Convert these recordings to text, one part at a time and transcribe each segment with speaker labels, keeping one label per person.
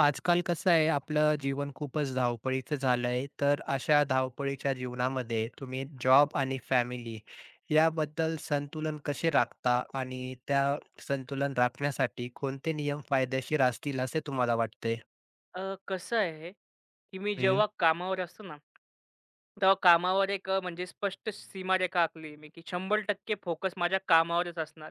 Speaker 1: आजकाल कसं आहे, आपलं जीवन खूपच धावपळीचं झालं आहे. तर अशा धावपळीच्या जीवनामध्ये तुम्ही जॉब आणि फॅमिली याबद्दल संतुलन कसे राखता? आणि त्या संतुलन राखण्यासाठी कोणते नियम फायदेशीर असतील असे तुम्हाला वाटते?
Speaker 2: कसं आहे, की मी
Speaker 1: हं,
Speaker 2: जेव्हा कामावर असतो ना, तेव्हा कामावर एक म्हणजे स्पष्ट सीमारेखा आखली मी, की 100% फोकस माझ्या कामावरच असणार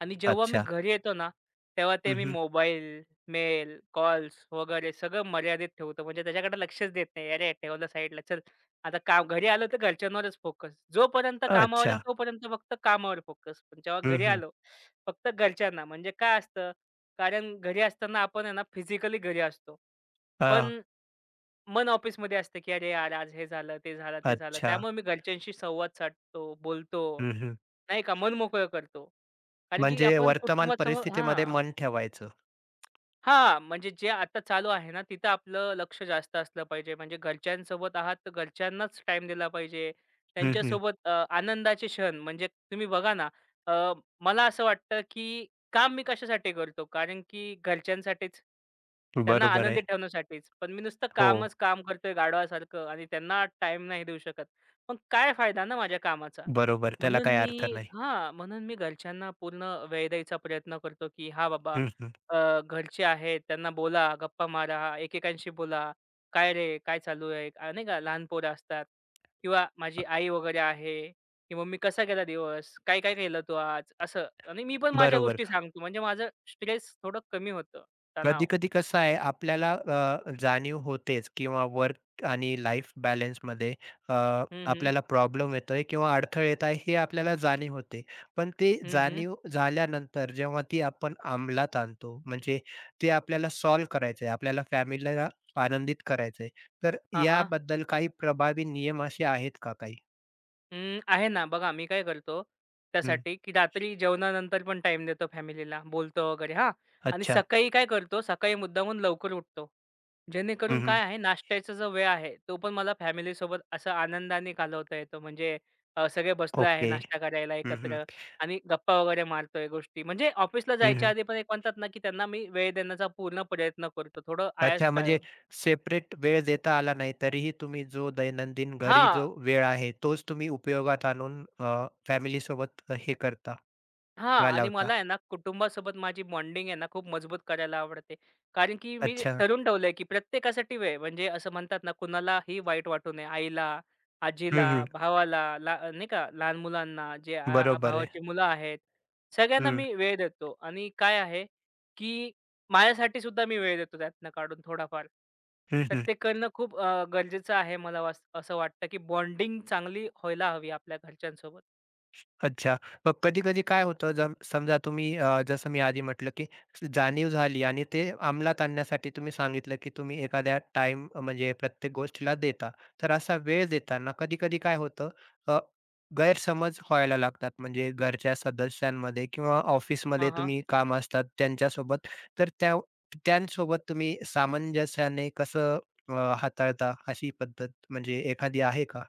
Speaker 2: आणि जेव्हा मी
Speaker 1: अच्छा.
Speaker 2: घरी येतो ना, तेव्हा ते मी
Speaker 1: हं,
Speaker 2: मोबाईल, मेल, कॉल्स वगैरे सगळं मर्यादित ठेवतो. म्हणजे त्याच्याकडे लक्षच देत नाही. "अरे, ठेवलं साईडला. चल, आता काम." घरी आलो तर घरच्यांवरच फोकस. जोपर्यंत कामावर आहे,
Speaker 1: अच्छा.
Speaker 2: तोपर्यंत फक्त कामावर फोकस. पण जेव्हा घरी
Speaker 1: हं,
Speaker 2: आलो, फक्त घरच्यांना. म्हणजे काय असतं, कारण घरी असताना आपण आहे ना फिजिकली घरी असतो.
Speaker 1: अ,
Speaker 2: पण मन ऑफिसमध्ये असतं, की "अरे यार, आज हे झालं, ते झालं, ते झालं."
Speaker 1: अच्छा.
Speaker 2: त्यामुळे मी घरच्यांशी संवाद साधतो, बोलतो,
Speaker 1: हं,
Speaker 2: नाही का, मन मोकळं करतो. कारण की
Speaker 1: म्हणजे
Speaker 2: आपण
Speaker 1: वर्तमान
Speaker 2: कुटुंबासमोर
Speaker 1: परिस्थितीमध्ये
Speaker 2: हां.
Speaker 1: मन ठेवायचं.
Speaker 2: हां, म्हणजे जे आता चालू आहे ना, तिथं आपलं लक्ष जास्त असलं पाहिजे. म्हणजे घरच्यांसोबत आहात, तर घरच्यांनाच टाईम दिला पाहिजे.
Speaker 1: हं,
Speaker 2: त्यांच्यासोबत आनंदाचे क्षण म्हणजे तुम्ही बघा ना, अ, मला असं वाटतं, की काम मी कशासाठी करतो? कारण की घरच्यांसाठीच. त्यांना
Speaker 1: बरोबर आहे.
Speaker 2: आनंदी ठेवण्यासाठीच. पण मी नुसतं
Speaker 1: हो,
Speaker 2: कामच काम करतोय गाढवासारखं आणि त्यांना टाईम नाही देऊ शकत. मग काय फायदा ना माझ्या कामाचा?
Speaker 1: बरोबर. त्याला
Speaker 2: म्हणून
Speaker 1: काही अर्थ
Speaker 2: मी
Speaker 1: नाही.
Speaker 2: हां, म्हणून मी घरच्यांना पूर्ण वेळ द्यायचा प्रयत्न करतो, की "हां, बाबा
Speaker 1: हं,
Speaker 2: घरचे आहेत त्यांना बोला, गप्पा मारा, एकेकांशी बोला. काय रे? काय चालू आहे?" नाही का लहान पोरं असतात किंवा माझी आई वगैरे आहे, की "मम्मी कसा गेला दिवस? काय, काय केलं तू आज?" असं आणि मी पण माझ्या
Speaker 1: बरोबर.
Speaker 2: गोष्टी सांगतो. म्हणजे माझं स्ट्रेस थोडं कमी होतं, तणाव.
Speaker 1: कधी-कधी कसं आहे आपल्याला जाणीव होतेच किंवा वर्क आणि लाईफ बॅलन्समध्ये अ,
Speaker 2: हं, हं.
Speaker 1: आपल्याला प्रॉब्लेम येतोय किंवा अडथळे येत आहे हे आपल्याला जाणीव होते. पण ती
Speaker 2: हं, हं.
Speaker 1: जाणीव झाल्यानंतर जेव्हा ती आपण अंमलात आणतो म्हणजे ते आपल्याला सॉल्व्ह करायचं आपल्याला फॅमिलीला आनंदित करायचं तर
Speaker 2: हां, हां.
Speaker 1: याबद्दल काही प्रभावी नियम असे आहेत का काही?
Speaker 2: अं, आहे ना. बघा मी काय करतो
Speaker 1: हं.
Speaker 2: त्यासाठी, की रात्री जेवणानंतर पण टाईम देतो फॅमिलीला, बोलतो वगैरे हां. आणि
Speaker 1: अच्छा.
Speaker 2: सकाळी काय करतो, सकाळी मुद्दामून लवकर उठतो. जेणेकरून
Speaker 1: हं, हं.
Speaker 2: काय आहे नाश्त्याचा जो वेळ आहे, तो पण मला फॅमिलीसोबत असं आनंदाने घालवता येतो. म्हणजे सगळे बसलो आहे
Speaker 1: ओके.
Speaker 2: नाश्ता करायला
Speaker 1: हं, हं.
Speaker 2: एकत्र आणि गप्पा वगैरे मारतोय गोष्टी. म्हणजे ऑफिसला
Speaker 1: हं,
Speaker 2: जायच्या
Speaker 1: हं.
Speaker 2: आधी पण एक म्हणतात ना, की त्यांना मी वेळ देण्याचा पूर्ण प्रयत्न करतो, थोडं आळस
Speaker 1: अच्छा, म्हणजे
Speaker 2: टाळून.
Speaker 1: सेपरेट वेळ देता आला नाही, तरीही तुम्ही जो दैनंदिन घरी
Speaker 2: हां.
Speaker 1: जो वेळ आहे, तोच तुम्ही उपयोगात आणून सोबत हे करता,
Speaker 2: हां, आणि
Speaker 1: घालवता.
Speaker 2: मला आहे ना, कुटुंबासोबत माझी बॉन्डिंग आहे ना, खूप मजबूत करायला आवडते. कारण की मी
Speaker 1: अच्छा.
Speaker 2: ठरवून ठेवलंय, की प्रत्येकासाठी वेळ म्हणजे असं म्हणतात ना, कुणालाही वाईट वाटू नये. आईला, आजीला,
Speaker 1: हं, हं.
Speaker 2: भावाला, ला नाही का लहान मुलांना, जे आ आ
Speaker 1: बरोबर आहे.
Speaker 2: भावाची मुलं आहेत, सगळ्यांना
Speaker 1: हं.
Speaker 2: मी वेळ देतो. आणि काय आहे, की माझ्यासाठी सुद्धा मी वेळ देतो त्यातनं काढून थोडाफार.
Speaker 1: हं,
Speaker 2: तर
Speaker 1: हं.
Speaker 2: ते करणं खूप गरजेचं आहे मला वास असं वाटतं, की बॉन्डिंग चांगली व्हायला हवी आपल्या घरच्यांसोबत.
Speaker 1: अच्छा. मग कधी-कधी काय होतं, जर समजा तुम्ही जसं मी आधी म्हटलं, की जाणीव झाली आणि ते अंमलात आणण्यासाठी तुम्ही सांगितलं, की तुम्ही एखाद्या टाईम म्हणजे प्रत्येक गोष्टीला देता. तर असा वेळ देताना कधी-कधी काय होतं, अ, गैरसमज व्हायला लागतात. म्हणजे घरच्या सदस्यांमध्ये किंवा
Speaker 2: हां,
Speaker 1: ऑफिसमध्ये
Speaker 2: हां.
Speaker 1: तुम्ही काम असतात त्यांच्यासोबत. तर त्या त्यांसोबत तुम्ही सामंजस्याने कसं अ, हाताळता अशी पद्धत म्हणजे एखादी आहे का?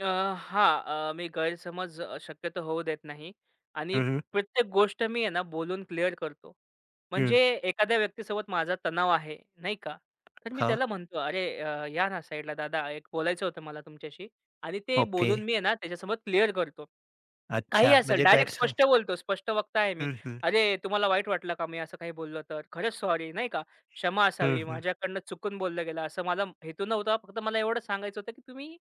Speaker 2: अ, हां. मी गैरसमज शक्यतो होऊ देत नाही आणि
Speaker 1: हं, हं.
Speaker 2: प्रत्येक गोष्ट मी आहे ना बोलून क्लिअर करतो.
Speaker 1: हं.
Speaker 2: म्हणजे एखाद्या व्यक्तीसोबत माझा तणाव आहे, नाही का? तर मी त्याला म्हणतो, "अरे या ना साईडला दादा, एक बोलायचं होतं मला तुमच्याशी." आणि ते
Speaker 1: ओके.
Speaker 2: बोलून मी आहे ना त्याच्यासोबत क्लिअर करतो. काही
Speaker 1: अच्छा,
Speaker 2: असेल
Speaker 1: म्हणजे
Speaker 2: डायरेक्ट स्पष्ट
Speaker 1: गैरसमज
Speaker 2: बोलतो, स्पष्ट वक्ता आहे मी.
Speaker 1: हं, हं.
Speaker 2: "अरे, तुम्हाला वाईट वाटलं का मी असं काही बोललो तर? खरंच सॉरी." नाही का? "क्षमा
Speaker 1: हं,
Speaker 2: असावी
Speaker 1: हं.
Speaker 2: माझ्याकडनं चुकून बोललं गेलं. असं मला हेतू नव्हता. फक्त मला एवढंच सांगायचं होतं की तुम्ही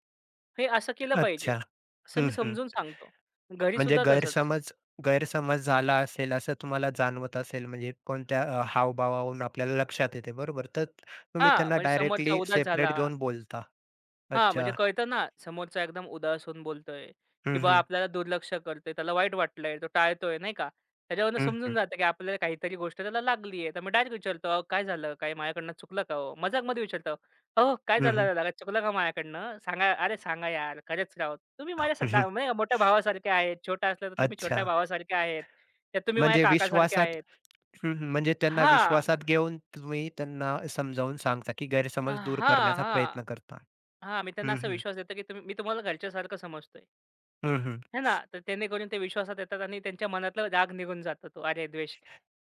Speaker 2: हे असं केलं पाहिजे."
Speaker 1: अच्छा.
Speaker 2: असं
Speaker 1: हं,
Speaker 2: मी
Speaker 1: हं.
Speaker 2: समजून सांगतो.
Speaker 1: म्हणजे
Speaker 2: घरीसुद्धा तसंच.
Speaker 1: गैरसमज गैरसमज झाला असेल असं तुम्हाला जाणवत असेल म्हणजे कोणत्या हावभावावरून आपल्याला लक्षात येते बरोबर? तर तुम्ही
Speaker 2: हां,
Speaker 1: त्यांना
Speaker 2: म्हणजे समोरचा
Speaker 1: डायरेक्टली
Speaker 2: उदास झाला.
Speaker 1: सेपरेट घेऊन बोलता.
Speaker 2: हां, म्हणजे
Speaker 1: अच्छा.
Speaker 2: कळतं ना, समोरचा एकदम उदास होऊन बोलतोय
Speaker 1: हं,
Speaker 2: किंवा
Speaker 1: हं.
Speaker 2: आपल्याला दुर्लक्ष करतोय, त्याला वाईट वाटलंय, तो टाळतोय नाही का? त्याच्यावरनं
Speaker 1: हं,
Speaker 2: समजून
Speaker 1: हं.
Speaker 2: जातं, की आपल्याला काहीतरी गोष्ट त्याला लागली आहे. तर मी डायरेक्ट विचारतो, "अहो काय झालं? काय माझ्याकडनं चुकलं का हो?" मजाकमध्ये विचारतो, "अहो काय
Speaker 1: हं,
Speaker 2: झालं
Speaker 1: हं.
Speaker 2: दादा? काय चुकलं का माझ्याकडनं? सांगा." "अरे सांगा यार, खरंच राव तुम्ही माझ्या स
Speaker 1: हं, हं.
Speaker 2: दा नाही का मोठ्या भावासारखे आहेत. छोटा असला तर तुम्ही छोट्या
Speaker 1: अच्छा.
Speaker 2: भावासारखे आहेत. तर तुम्ही माझ्या
Speaker 1: म्हणजे
Speaker 2: काकासारखे
Speaker 1: विश्वासात
Speaker 2: आहेत."
Speaker 1: हं, हं. म्हणजे त्यांना
Speaker 2: हां.
Speaker 1: विश्वासात घेऊन तुम्ही त्यांना समजावून सांगता की गैरसमज दूर
Speaker 2: हां,
Speaker 1: करण्याचा
Speaker 2: हां.
Speaker 1: प्रयत्न करता.
Speaker 2: हां, मी त्यांना
Speaker 1: हं,
Speaker 2: असा
Speaker 1: हं.
Speaker 2: विश्वास देतो, की तुम्ही मी तुम्हाला घरच्यासारखं समजतोय.
Speaker 1: हं, हं.
Speaker 2: है ना? तर जेणेकरून ते विश्वासात येतात आणि त्यांच्या मनातला राग निघून जातो तो. अरे द्वेष,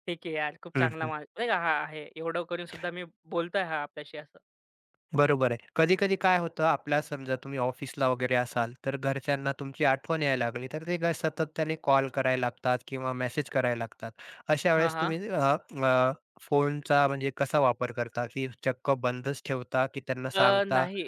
Speaker 2: ठीक आहे यार, खूप
Speaker 1: हं,
Speaker 2: चांगला
Speaker 1: हं.
Speaker 2: माणूस नाही का हा आहे. एवढं करून सुद्धा मी बोलतोय हा आपल्याशी असं.
Speaker 1: बरोबर आहे. कधी-कधी काय होतं आपल्या समजा तुम्ही ऑफिसला वगैरे असाल, तर घरच्यांना तुमची आठवण यायला लागली, तर ते काय सातत्याने कॉल करायला लागतात किंवा मेसेज करायला लागतात. अशा
Speaker 2: हां,
Speaker 1: वेळेस
Speaker 2: हां.
Speaker 1: तुम्ही अ, फोनचा म्हणजे कसा वापर करता, की चक्क बंदच ठेवता की त्यांना सांगता?
Speaker 2: नाही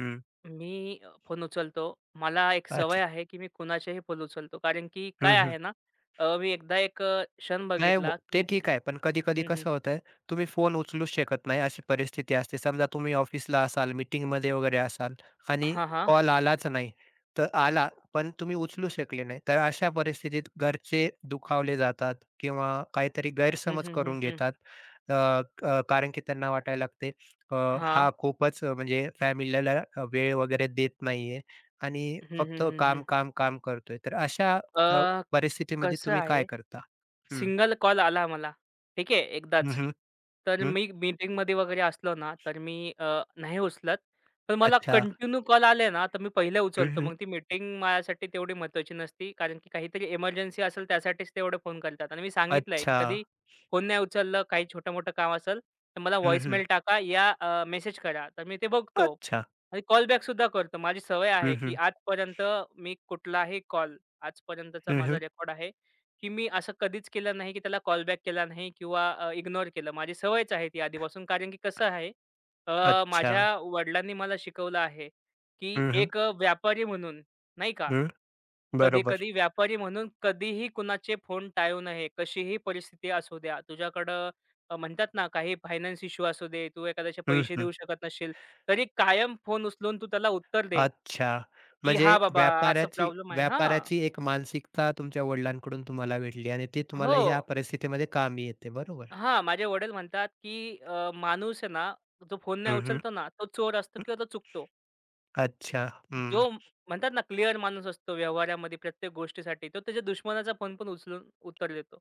Speaker 1: हं.
Speaker 2: मी फोन उचलतो. मला एक सवय
Speaker 1: अच्छा.
Speaker 2: आहे, की मी कुणाचेही फोन उचलतो. कारण की काय आहे ना, मी एकदा एक क्षण
Speaker 1: नाही वो
Speaker 2: बघितला
Speaker 1: ते
Speaker 2: की
Speaker 1: ठीक आहे. पण कधी-कधी
Speaker 2: हं, हं.
Speaker 1: कसं होतंय, तुम्ही फोन उचलूच शकत नाही अशी परिस्थिती असते. समजा तुम्ही ऑफिसला असाल, मीटिंगमध्ये वगैरे असाल आणि
Speaker 2: हां, हां.
Speaker 1: कॉल आलाच नाही. तर आला, पण तुम्ही उचलू शकले नाही. तर अशा परिस्थितीत घरचे दुखावले जातात किंवा काहीतरी
Speaker 2: हं,
Speaker 1: गैरसमज
Speaker 2: हं, हं,
Speaker 1: करून
Speaker 2: हं.
Speaker 1: घेतात. अ, कारण की त्यांना वाटायला लागते, अ,
Speaker 2: हां.
Speaker 1: हा खूपच म्हणजे फॅमिलीला वेळ वगैरे देत नाहीये आणि
Speaker 2: हं,
Speaker 1: फक्त
Speaker 2: हं, हं,
Speaker 1: काम,
Speaker 2: हं.
Speaker 1: काम, काम करतोय. तर अशा अ,
Speaker 2: अ,
Speaker 1: परिस्थितीमध्ये
Speaker 2: कसं
Speaker 1: तुम्ही काय
Speaker 2: आहे
Speaker 1: करता?
Speaker 2: सिंगल कॉल आला मला. ठीक आहे,
Speaker 1: हं,
Speaker 2: एकदाच.
Speaker 1: हं,
Speaker 2: तर
Speaker 1: हं.
Speaker 2: मी मीटिंगमध्ये वगैरे असलो ना, तर मी नाही उचलत. पण मला
Speaker 1: अच्छा.
Speaker 2: कंटिन्यू कॉल आले ना, तर मी पहिले
Speaker 1: हं,
Speaker 2: उचलतो.
Speaker 1: हं.
Speaker 2: मग ती मीटिंग माझ्यासाठी तेवढी महत्त्वाची नसती. कारण की काहीतरी इमर्जन्सी असेल त्यासाठीच तेवढे फोन करतात. आणि मी सांगितलंय, की
Speaker 1: अच्छा.
Speaker 2: कधी फोन नाही उचललं, काही छोटं-मोठं काम असेल, तर मला
Speaker 1: हं, हं.
Speaker 2: व्हॉईसमेल टाका या मेसेज करा. तर मी ते बघतो.
Speaker 1: अच्छा.
Speaker 2: आणि कॉल बॅकसुद्धा करतो. माझी सवय आहे,
Speaker 1: हं,
Speaker 2: की
Speaker 1: हं.
Speaker 2: आजपर्यंत मी कुठलाही कॉल आजपर्यंतचा
Speaker 1: हं,
Speaker 2: माझा
Speaker 1: हं.
Speaker 2: रेकॉर्ड आहे. की मी असं कधीच केलं नाही, की त्याला कॉल बॅक केला नाही किंवा इग्नोर केलं. माझी सवयच आहे ती आधीपासून. कारण की कसं आहे,
Speaker 1: अच्छा.
Speaker 2: माझ्या वडिलांनी मला शिकवलं आहे, की
Speaker 1: हं, हं.
Speaker 2: एक व्यापारी म्हणून नाही का,
Speaker 1: हं. बरोबर.
Speaker 2: कधी-कधी व्यापारी म्हणून कधीही कुणाचे फोन टाळू नये. कशीही परिस्थिती असू द्या. तुझ्याकडं म्हणतात ना, काही फायनान्स इश्यू असू दे, तू एखाद्याचे
Speaker 1: हं,
Speaker 2: पैसे
Speaker 1: हं.
Speaker 2: देऊ शकत नसशील, तरी कायम फोन उचलून तू त्याला उत्तर दे,
Speaker 1: अच्छा.
Speaker 2: की "हां,
Speaker 1: म्हणजे
Speaker 2: बाबा असा
Speaker 1: व्यापाराची
Speaker 2: प्रॉब्लेम आहे." हां.
Speaker 1: व्यापाराची एक मानसिकता तुमच्या वडिलांकडून तुम्हाला भेटली आणि ती तुम्हाला
Speaker 2: हो.
Speaker 1: ह्या परिस्थितीमध्ये कामी येते, बरोबर?
Speaker 2: हां, माझे वडील म्हणतात, की माणूस आहे ना, जो फोन नाही
Speaker 1: हं, हं.
Speaker 2: उचलतो ना, तो चोर असतो किंवा तो चुकतो.
Speaker 1: अच्छा. हं.
Speaker 2: जो म- म्हणतात ना, क्लिअर माणूस असतो व्यवहारामध्ये प्रत्येक गोष्टीसाठी, तो त्याच्या दुश्मनाचा फोन पण उचलून उत्तर देतो,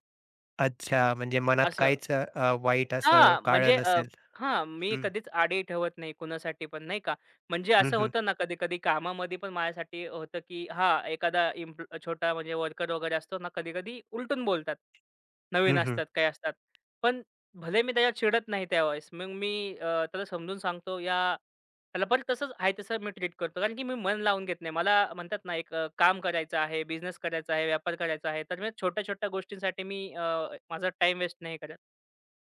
Speaker 1: अच्छा. म्हणजे मनात
Speaker 2: असं.
Speaker 1: काहीच वाईट असं
Speaker 2: हां, म्हणजे
Speaker 1: काळं नसेल.
Speaker 2: हां, मी
Speaker 1: हं.
Speaker 2: कधीच आडी ठेवत नाही कुणासाठी पण नाही का. म्हणजे
Speaker 1: हं,
Speaker 2: असं
Speaker 1: हं.
Speaker 2: होतं ना कधी-कधी कामामध्ये पण माझ्यासाठी होतं, की हा एखादा इम्प छोटा म्हणजे वर्कर वगैरे असतो ना, कधी-कधी उलटून बोलतात. नवीन
Speaker 1: हं, हं.
Speaker 2: असतात, काही असतात. पण भले मी त्याच्यात चिडत नाही त्यावेळेस. मग मी त्याला समजून सांगतो या त्याला परत तसंच आहे तसं मी ट्रीट करतो. कारण की मी मन लावून घेत नाही. मला म्हणतात ना एक काम करायचं आहे, बिझनेस करायचा आहे, व्यापार करायचा आहे. तर मी छोट्या-छोट्या गोष्टींसाठी मी माझा टाईम वेस्ट नाही करत.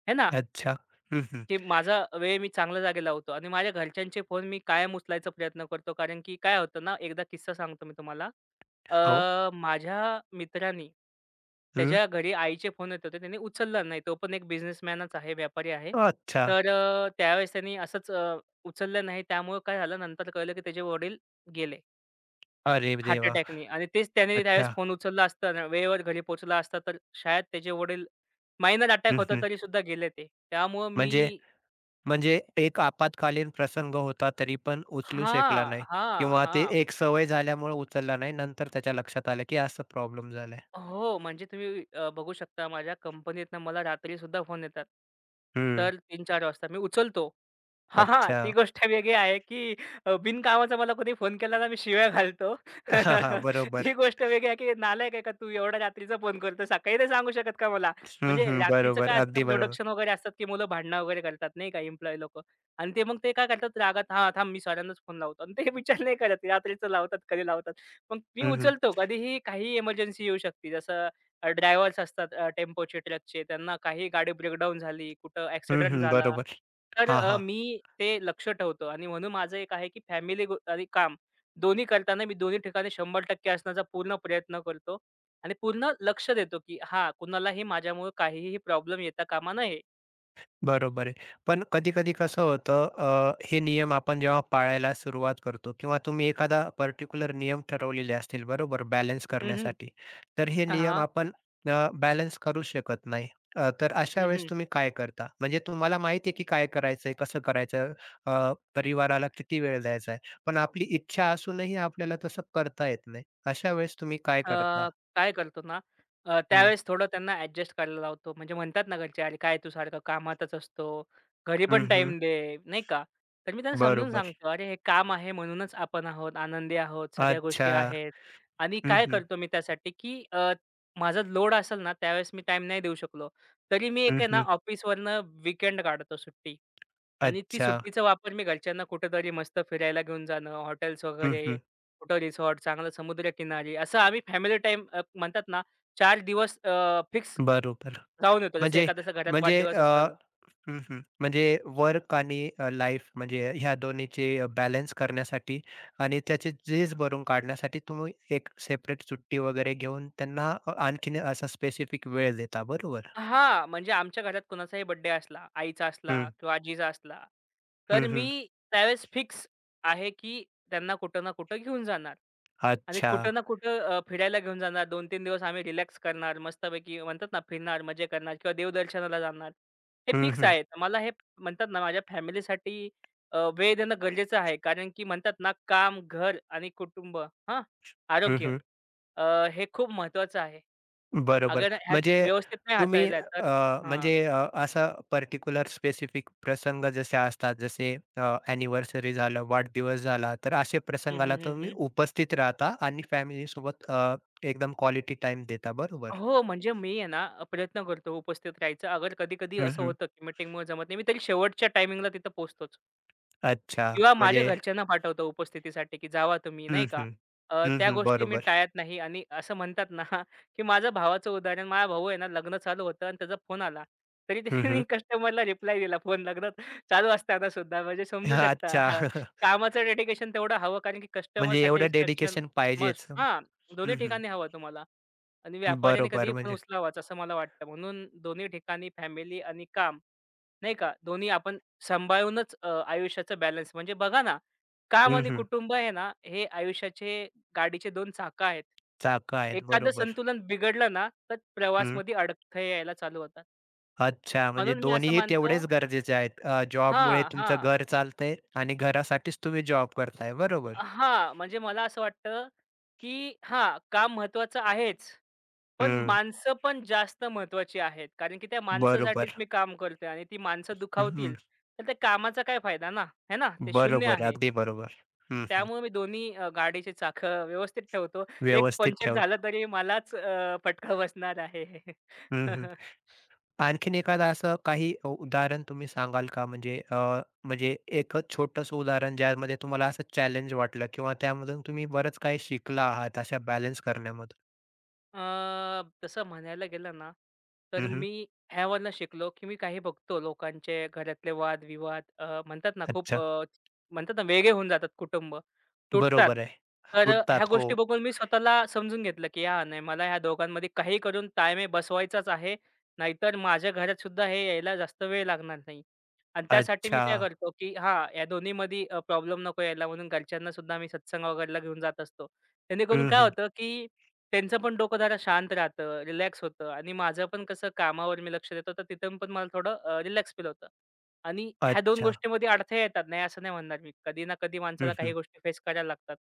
Speaker 2: आहे ना?
Speaker 1: अच्छा. हं, हं.
Speaker 2: की माझा वेळ मी चांगल्या जागी लावतो आणि माझ्या घरच्यांचे फोन मी कायम उचलायचा प्रयत्न करतो. कारण की काय होतं ना, एकदा किस्सा सांगतो मी तुम्हाला.
Speaker 1: हो.
Speaker 2: माझ्या मित्रानी
Speaker 1: हं.
Speaker 2: त्याच्या घरी आईचे फोन येत होते. त्याने उचलला नाही. तो पण एक बिझनेसमॅनच आहे, व्यापारी आहे.
Speaker 1: अच्छा.
Speaker 2: तर त्यावेळेस त्यांनी असंच उचललं नाही. त्यामुळे काय झालं नंतर कळलं की त्याचे वडील गेले
Speaker 1: अरे
Speaker 2: हार्ट
Speaker 1: देवा!
Speaker 2: अटॅकनी आणि तेच त्याने
Speaker 1: अच्छा.
Speaker 2: त्यावेळेस फोन उचलला असता ना, वेळेवर घरी पोहोचला असता तर शायद त्याचे वडील मायनर अटॅक
Speaker 1: हं,
Speaker 2: होता
Speaker 1: हं.
Speaker 2: तरीसुद्धा गेले ते. त्यामुळं मी
Speaker 1: म्हणजे म्हणजे एक आपत्कालीन प्रसंग होता तरी पण उचलू शकला
Speaker 2: हां,
Speaker 1: नाही
Speaker 2: हां,
Speaker 1: किंवा ते
Speaker 2: हां.
Speaker 1: एक सवय झाल्यामुळे उचलला नाही. नंतर त्याच्या लक्षात आलं, की असं प्रॉब्लेम झालाय.
Speaker 2: हो, म्हणजे तुम्ही बघू शकता माझ्या कंपनीतनं मला रात्रीसुद्धा फोन येतात.
Speaker 1: हं.
Speaker 2: तर 3-4 वाजता मी उचलतो. हां, हां.
Speaker 1: अच्छा.
Speaker 2: ती गोष्ट वेगळी आहे, की बिनकामाचा मला कोणी फोन केला ना, मी शिव्या घालतो.
Speaker 1: हां, हां. बरोबर.
Speaker 2: ती गोष्ट वेगळी आहे, की नालायक आहे का तू एवढ्या रात्रीचा फोन करतो? सकाळी नाही सांगू शकत का मला?
Speaker 1: हं,
Speaker 2: म्हणजे
Speaker 1: हं.
Speaker 2: रात्रीचं
Speaker 1: बरोबर.
Speaker 2: काय
Speaker 1: अगदी
Speaker 2: असतं प्रोडक्शन
Speaker 1: बरोबर.
Speaker 2: वगैरे असतात, की मुलं भांडणं वगैरे करतात नाही का एम्प्लॉयी लोकं आणि ते मग ते काय करतात रागात, "हां, थांब मी सरांनाच फोन लावतो" आणि ते विचार नाही करत रात्रीचं लावतात, कधी मग मी
Speaker 1: हं, हं.
Speaker 2: उचलतो. कधीही काहीही इमर्जन्सी येऊ शकते. जसं ड्रायव्हर्स असतात टेम्पोचे, ट्रकचे. त्यांना काही गाडी ब्रेकडाऊन झाली, कुठं
Speaker 1: हं,
Speaker 2: ॲक्सिडेंट
Speaker 1: हं.
Speaker 2: झाला,
Speaker 1: बरोबर.
Speaker 2: तर
Speaker 1: हां, हां.
Speaker 2: मी ते लक्ष ठेवतो आणि म्हणून माझं एक आहे, की फॅमिली गो आणि काम दोन्ही करताना मी दोन्ही ठिकाणी 100% असण्याचा पूर्ण प्रयत्न करतो आणि पूर्ण लक्ष देतो, की हां, कुणालाही माझ्यामुळे काहीही प्रॉब्लेम येता कामा नये.
Speaker 1: बरोबर आहे. पण कधी-कधी कसं होतं हे नियम आपण जेव्हा पाळायला सुरुवात करतो किंवा तुम्ही एखादा पर्टिक्युलर नियम ठरवलेले असतील बरोबर बॅलन्स
Speaker 2: हं, हं.
Speaker 1: करण्यासाठी. तर हे नियम
Speaker 2: हां,
Speaker 1: आपण बॅलन्स करू शकत नाही. तर अशा वेळेस तुम्ही काय करता? म्हणजे तुम्हाला माहिती आहे की काय करायचंय, कसं करायचं, परिवाराला किती वेळ द्यायचा आहे. पण आपली इच्छा असूनही आपल्याला तसं करता येत नाही. अशा वेळेस तुम्ही काय
Speaker 2: अ,
Speaker 1: करता?
Speaker 2: काय करतो ना,
Speaker 1: हं.
Speaker 2: त्यावेळेस थोडं त्यांना ॲडजस्ट करायला लावतो. म्हणजे म्हणतात ना घरचे, "अरे काय तू सारखं कामातच असतो, घरी पण
Speaker 1: हं, हं.
Speaker 2: टाईम दे." नाही का? तर मी त्यांना समजून
Speaker 1: बरोबर.
Speaker 2: सांगतो, "अरे हे काम आहे म्हणूनच आपण आहोत, आनंदी आहोत, सगळ्या गोष्टी
Speaker 1: अच्छा.
Speaker 2: आहेत." आणि
Speaker 1: हं,
Speaker 2: काय
Speaker 1: हं.
Speaker 2: करतो मी त्यासाठी, की माझा लोड असेल ना, त्यावेळेस मी टाईम नाही देऊ शकलो, तरी मी
Speaker 1: हं,
Speaker 2: एक आहे ना
Speaker 1: हं.
Speaker 2: ऑफिसवरनं वीकेंड काढतो सुट्टी आणि ती
Speaker 1: अच्छा.
Speaker 2: सुट्टीचा वापर मी घरच्यांना कुठेतरी मस्त फिरायला घेऊन जाणं, हॉटेल्स
Speaker 1: हं,
Speaker 2: वगैरे
Speaker 1: हं.
Speaker 2: कुठं रिसॉर्ट, चांगलं समुद्रकिनारी असं आम्ही फॅमिली टाईम म्हणतात ना 4 दिवस फिक्स
Speaker 1: बरोबर.
Speaker 2: जाऊन येतो. जसं
Speaker 1: म्हणजे
Speaker 2: एखाद्याचा घरात
Speaker 1: म्हणजे
Speaker 2: वाढदिवस
Speaker 1: अ,
Speaker 2: असेल
Speaker 1: हं, हं. म्हणजे वर्क आणि लाईफ म्हणजे ह्या दोन्हीचे बॅलन्स करण्यासाठी आणि त्याचे झीज भरून काढण्यासाठी तुम्ही एक सेपरेट सुट्टी वगैरे घेऊन त्यांना आणखीन असा स्पेसिफिक वेळ देता. बरोबर.
Speaker 2: हां, म्हणजे आमच्या घरात कुणाचाही बर्थडे असला, आईचा असला
Speaker 1: हं,
Speaker 2: किंवा आजीचा असला, तर
Speaker 1: हं, हं.
Speaker 2: मी त्यावेळेस फिक्स आहे, की त्यांना कुठं ना कुठं घेऊन जाणार आणि
Speaker 1: अच्छा.
Speaker 2: कुठं ना कुठं फिरायला घेऊन जाणार. 2-3 दिवस आम्ही रिलॅक्स करणार, मस्तपैकी म्हणतात ना फिरणार, मजे करणार किंवा देवदर्शनाला जाणार. हे
Speaker 1: हं,
Speaker 2: फिक्स
Speaker 1: हं.
Speaker 2: आहे. तर मला हे म्हणतात ना माझ्या फॅमिलीसाठी वेळ देणं गरजेचं आहे. कारण की म्हणतात ना काम, घर आणि कुटुंब हां,
Speaker 1: हं,
Speaker 2: आरोग्य
Speaker 1: हं.
Speaker 2: हे खूप महत्त्वाचं आहे.
Speaker 1: बरोबर.
Speaker 2: अगर ह्यात
Speaker 1: म्हणजे
Speaker 2: व्यवस्थित नाही
Speaker 1: तुम्ही
Speaker 2: हाताळल्या तर हां.
Speaker 1: असा पर्टिक्युलर स्पेसिफिक प्रसंग जसे असतात, जसे ॲनिव्हर्सरी झालं, वाढदिवस झाला, तर असे
Speaker 2: हं,
Speaker 1: प्रसंगाला
Speaker 2: हं, हं,
Speaker 1: तुम्ही
Speaker 2: हं.
Speaker 1: उपस्थित राहता आणि फॅमिलीसोबत एकदम क्वालिटी टाइम देता, बरोबर?
Speaker 2: हो, म्हणजे मी आहे ना प्रयत्न करतो उपस्थित राहायचा. अगर कधी-कधी
Speaker 1: हं,
Speaker 2: असं
Speaker 1: हं.
Speaker 2: होतं की मीटिंगमुळे जमत नाही, मी तरी शेवटच्या टायमिंगला तिथं पोहोचतोच.
Speaker 1: अच्छा.
Speaker 2: किंवा माझ्या
Speaker 1: म्हणजे
Speaker 2: घरच्यांना पाठवतो उपस्थितीसाठी, की जावा तुम्ही नाही
Speaker 1: हं,
Speaker 2: का.
Speaker 1: हं. हं,
Speaker 2: त्या
Speaker 1: हं.
Speaker 2: गोष्टी मी
Speaker 1: बरोबर.
Speaker 2: टाळत नाही आणि असं म्हणतात ना, की माझ्या भावाचं उदाहरण माझा भाऊ आहे ना, लग्न चालू होतं आणि त्याचा फोन आला. तरी
Speaker 1: हं,
Speaker 2: त्यांनी
Speaker 1: हं.
Speaker 2: कस्टमरला रिप्लाय दिला फोन लग्न चालू असताना सुद्धा म्हणजे समजू शकता
Speaker 1: अच्छा.
Speaker 2: हां. कामाचं डेडिकेशन तेवढं हवं कारण की कस्टमर
Speaker 1: म्हणजे एवढं
Speaker 2: सॅटिस्फॅक्शन
Speaker 1: डेडिकेशन
Speaker 2: मस्ट
Speaker 1: पाहिजेच. हं,
Speaker 2: हां, दोन्ही
Speaker 1: हं.
Speaker 2: ठिकाणी हवं तुम्हाला आणि व्यापाऱ्याने
Speaker 1: बरोबर
Speaker 2: कधीही फोन
Speaker 1: म्हणजे
Speaker 2: उचलावाच असं मला वाटतं. म्हणून दोन्ही ठिकाणी फॅमिली आणि काम नाही का? दोन्ही आपण सांभाळूनच आयुष्याचं बॅलन्स म्हणजे बघा ना, काम
Speaker 1: हं,
Speaker 2: आणि
Speaker 1: हं.
Speaker 2: कुटुंब आहे ना, हे आयुष्याचे गाडीचे दोन चाकं आहेत.
Speaker 1: चाकं आहेत.
Speaker 2: एखादं
Speaker 1: बरोबर.
Speaker 2: संतुलन बिघडलं ना, तर
Speaker 1: हं.
Speaker 2: प्रवासमध्ये अडथळे यायला चालू होतात.
Speaker 1: अच्छा, म्हणजे
Speaker 2: म्हणून मी असं
Speaker 1: दोन्हीही
Speaker 2: मानतो
Speaker 1: तेवढेच गरजेचे आहेत. जॉबमुळे
Speaker 2: हां,
Speaker 1: तुमचं
Speaker 2: हां.
Speaker 1: घर चालतंय आणि घरासाठीच तुम्ही जॉब करताय. बरोबर.
Speaker 2: हां, म्हणजे मला असं वाटतं, की हां, काम महत्त्वाचं आहेच, पण
Speaker 1: हं,
Speaker 2: माणसं पण जास्त महत्त्वाची आहेत. कारण की त्या माणसासाठीच
Speaker 1: बरोबर.
Speaker 2: मी काम करतोय आणि ती माणसं
Speaker 1: हं, हं.
Speaker 2: दुखावतील, तर त्या कामाचा काय फायदा ना? है ना? ते शून्य
Speaker 1: बरोबर,
Speaker 2: आहे.
Speaker 1: अगदी बरोबर. हं, हं.
Speaker 2: त्यामुळे मी दोन्ही गाडीची चाकं व्यवस्थित ठेवतो. एक
Speaker 1: व्यवस्थित
Speaker 2: पंक्चर झालं
Speaker 1: ठेवता.
Speaker 2: तरी मलाच फटका बसणार आहे.
Speaker 1: हं, हं. आणखीन एखादं असं काही उदाहरण तुम्ही सांगाल का? म्हणजे म्हणजे एक छोटंसं उदाहरण ज्यामध्ये तुम्हाला असं चॅलेंज वाटलं किंवा त्यामधून तुम्ही बरंच काही शिकला आहात अशा बॅलन्स करण्यामधून?
Speaker 2: तसं म्हणायला गेलं ना, तर
Speaker 1: हं, हं.
Speaker 2: मी ह्यावरनं शिकलो, की मी काही बघतो लोकांचे घरातले वाद-विवाद म्हणतात ना खूप
Speaker 1: अच्छा.
Speaker 2: म्हणतात ना वेगळे होऊन जातात कुटुंब, तुटतात.
Speaker 1: बरोबर आहे.
Speaker 2: तर ह्या
Speaker 1: तुटतात.
Speaker 2: गोष्टी
Speaker 1: हो.
Speaker 2: बघून मी स्वतःला समजून घेतलं, की "हां, नाही मला ह्या दोघांमध्ये काही करून ताळमेळ बसवायचाच आहे. नाहीतर माझ्या घरात सुद्धा हे यायला जास्त वेळ लागणार नाही." आणि त्यासाठी मी
Speaker 1: अच्छा.
Speaker 2: काय करतो, की हां, या दोन्हीमध्ये प्रॉब्लेम नको यायला म्हणून घरच्यांना सुद्धा मी सत्संग वगैरेला घेऊन जात असतो. जेणेकरून
Speaker 1: हं,
Speaker 2: काय
Speaker 1: हं.
Speaker 2: होतं, की त्यांचं पण डोकं जरा शांत राहतं, रिलॅक्स होतं आणि माझं पण कसं कामावर मी लक्ष देतो, तर तिथून पण मला थोडं रिलॅक्स फील होतं. आणि ह्या 2
Speaker 1: अच्छा.
Speaker 2: गोष्टींमध्ये अडथळे येतात. नाही असं नाही म्हणणार मी. कधी ना कधी
Speaker 1: हं,
Speaker 2: माणसाला काही
Speaker 1: हं.
Speaker 2: गोष्टी फेस करायला लागतात.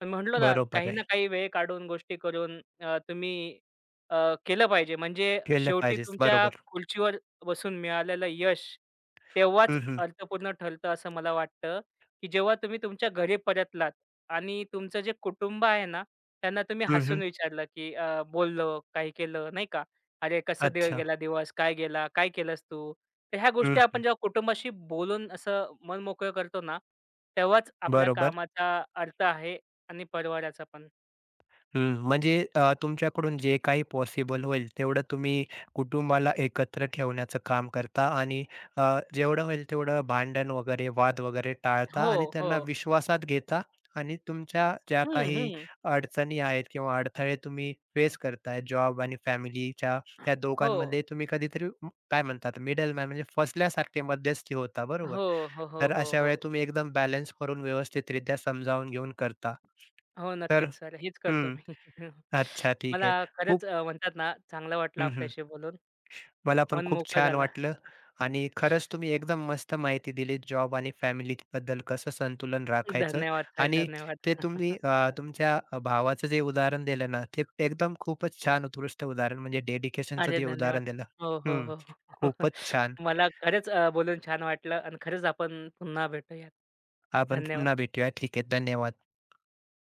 Speaker 2: पण म्हटलं ना,
Speaker 1: बरोबर
Speaker 2: काही
Speaker 1: आहे.
Speaker 2: ना काही वेळ काढून, गोष्टी करून तुम्ही केलं पाहिजे. म्हणजे
Speaker 1: केलं
Speaker 2: शेवटी
Speaker 1: पाहिजेच.
Speaker 2: तुमच्या
Speaker 1: बरोबर.
Speaker 2: खुर्चीवर बसून मिळालेलं यश तेव्हाच
Speaker 1: हं, हं.
Speaker 2: अर्थपूर्ण ठरतं असं मला वाटतं, की जेव्हा तुम्ही तुमच्या घरी परतलात. आणि तुमचं जे कुटुंब आहे ना, त्यांना तुम्ही
Speaker 1: हं,
Speaker 2: हसून
Speaker 1: हं.
Speaker 2: विचारलं, की बोललो, काही केलं नाही का? "अरे कसं दि
Speaker 1: अच्छा.
Speaker 2: गेला दिवस? काय गेला? काय केलंस तू?" तर ह्या
Speaker 1: हं,
Speaker 2: गोष्टी आपण
Speaker 1: हं.
Speaker 2: जेव्हा कुटुंबाशी बोलून असं मन मोकळं करतो ना, तेव्हाच आपल्या
Speaker 1: बरोबर.
Speaker 2: कामाचा अर्थ आहे आणि परिवाराचा पण.
Speaker 1: हं, म्हणजे तुमच्याकडून जे काही पॉसिबल होईल तेवढं तुम्ही कुटुंबाला एकत्र ठेवण्याचं काम करता आणि अ, जेवढं होईल तेवढं भांडण वगैरे, वाद वगैरे टाळता
Speaker 2: हो,
Speaker 1: आणि त्यांना
Speaker 2: हो.
Speaker 1: विश्वासात घेता आणि तुमच्या ज्या
Speaker 2: हं,
Speaker 1: काही
Speaker 2: हं.
Speaker 1: अडचणी आहेत किंवा अडथळे तुम्ही फेस करताय जॉब आणि फॅमिलीच्या त्या
Speaker 2: हो.
Speaker 1: दोघांमध्ये तुम्ही कधीतरी काय म्हणतात मिडलमॅन म्हणजे फसल्यासारखे मध्यस्थी होता बरोबर.
Speaker 2: हो, हो, हो,
Speaker 1: तर
Speaker 2: हो,
Speaker 1: अशा
Speaker 2: हो.
Speaker 1: वेळेला तुम्ही एकदम बॅलन्स करून व्यवस्थितरित्या समजावून घेऊन करता.
Speaker 2: हो,
Speaker 1: तर
Speaker 2: नक्कीच सर. हेच करतो
Speaker 1: हं.
Speaker 2: मी.
Speaker 1: अच्छा, ठीक
Speaker 2: मला
Speaker 1: आहे.
Speaker 2: खरंच
Speaker 1: खूप
Speaker 2: म्हणतात ना, चांगलं वाटलं
Speaker 1: हं, हं.
Speaker 2: आपल्याशी बोलून.
Speaker 1: मला पण
Speaker 2: मन
Speaker 1: खूप
Speaker 2: मोकळं
Speaker 1: छान
Speaker 2: झालं.
Speaker 1: वाटलं आणि खरंच तुम्ही एकदम मस्त माहिती दिली जॉब आणि फॅमिलीबद्दल कसं संतुलन राखायचं
Speaker 2: धन्यवाद सर.
Speaker 1: आणि
Speaker 2: धन्यवाद.
Speaker 1: ते तुम्ही तुमच्या भावाचं जे उदाहरण दिलं ना, ते एकदम खूपच छान उत्कृष्ट उदाहरण म्हणजे डेडिकेशनचं
Speaker 2: अरे
Speaker 1: जे
Speaker 2: धन्यवाद.
Speaker 1: उदाहरण दिलं.
Speaker 2: हो, हो,
Speaker 1: हं.
Speaker 2: हो.
Speaker 1: खूपच छान.
Speaker 2: मला खरंच बोलून छान वाटलं आणि खरंच आपण पुन्हा भेटूयात.
Speaker 1: आपण
Speaker 2: धन्यवाद.
Speaker 1: पुन्हा भेटूया. ठीक आहे. धन्यवाद.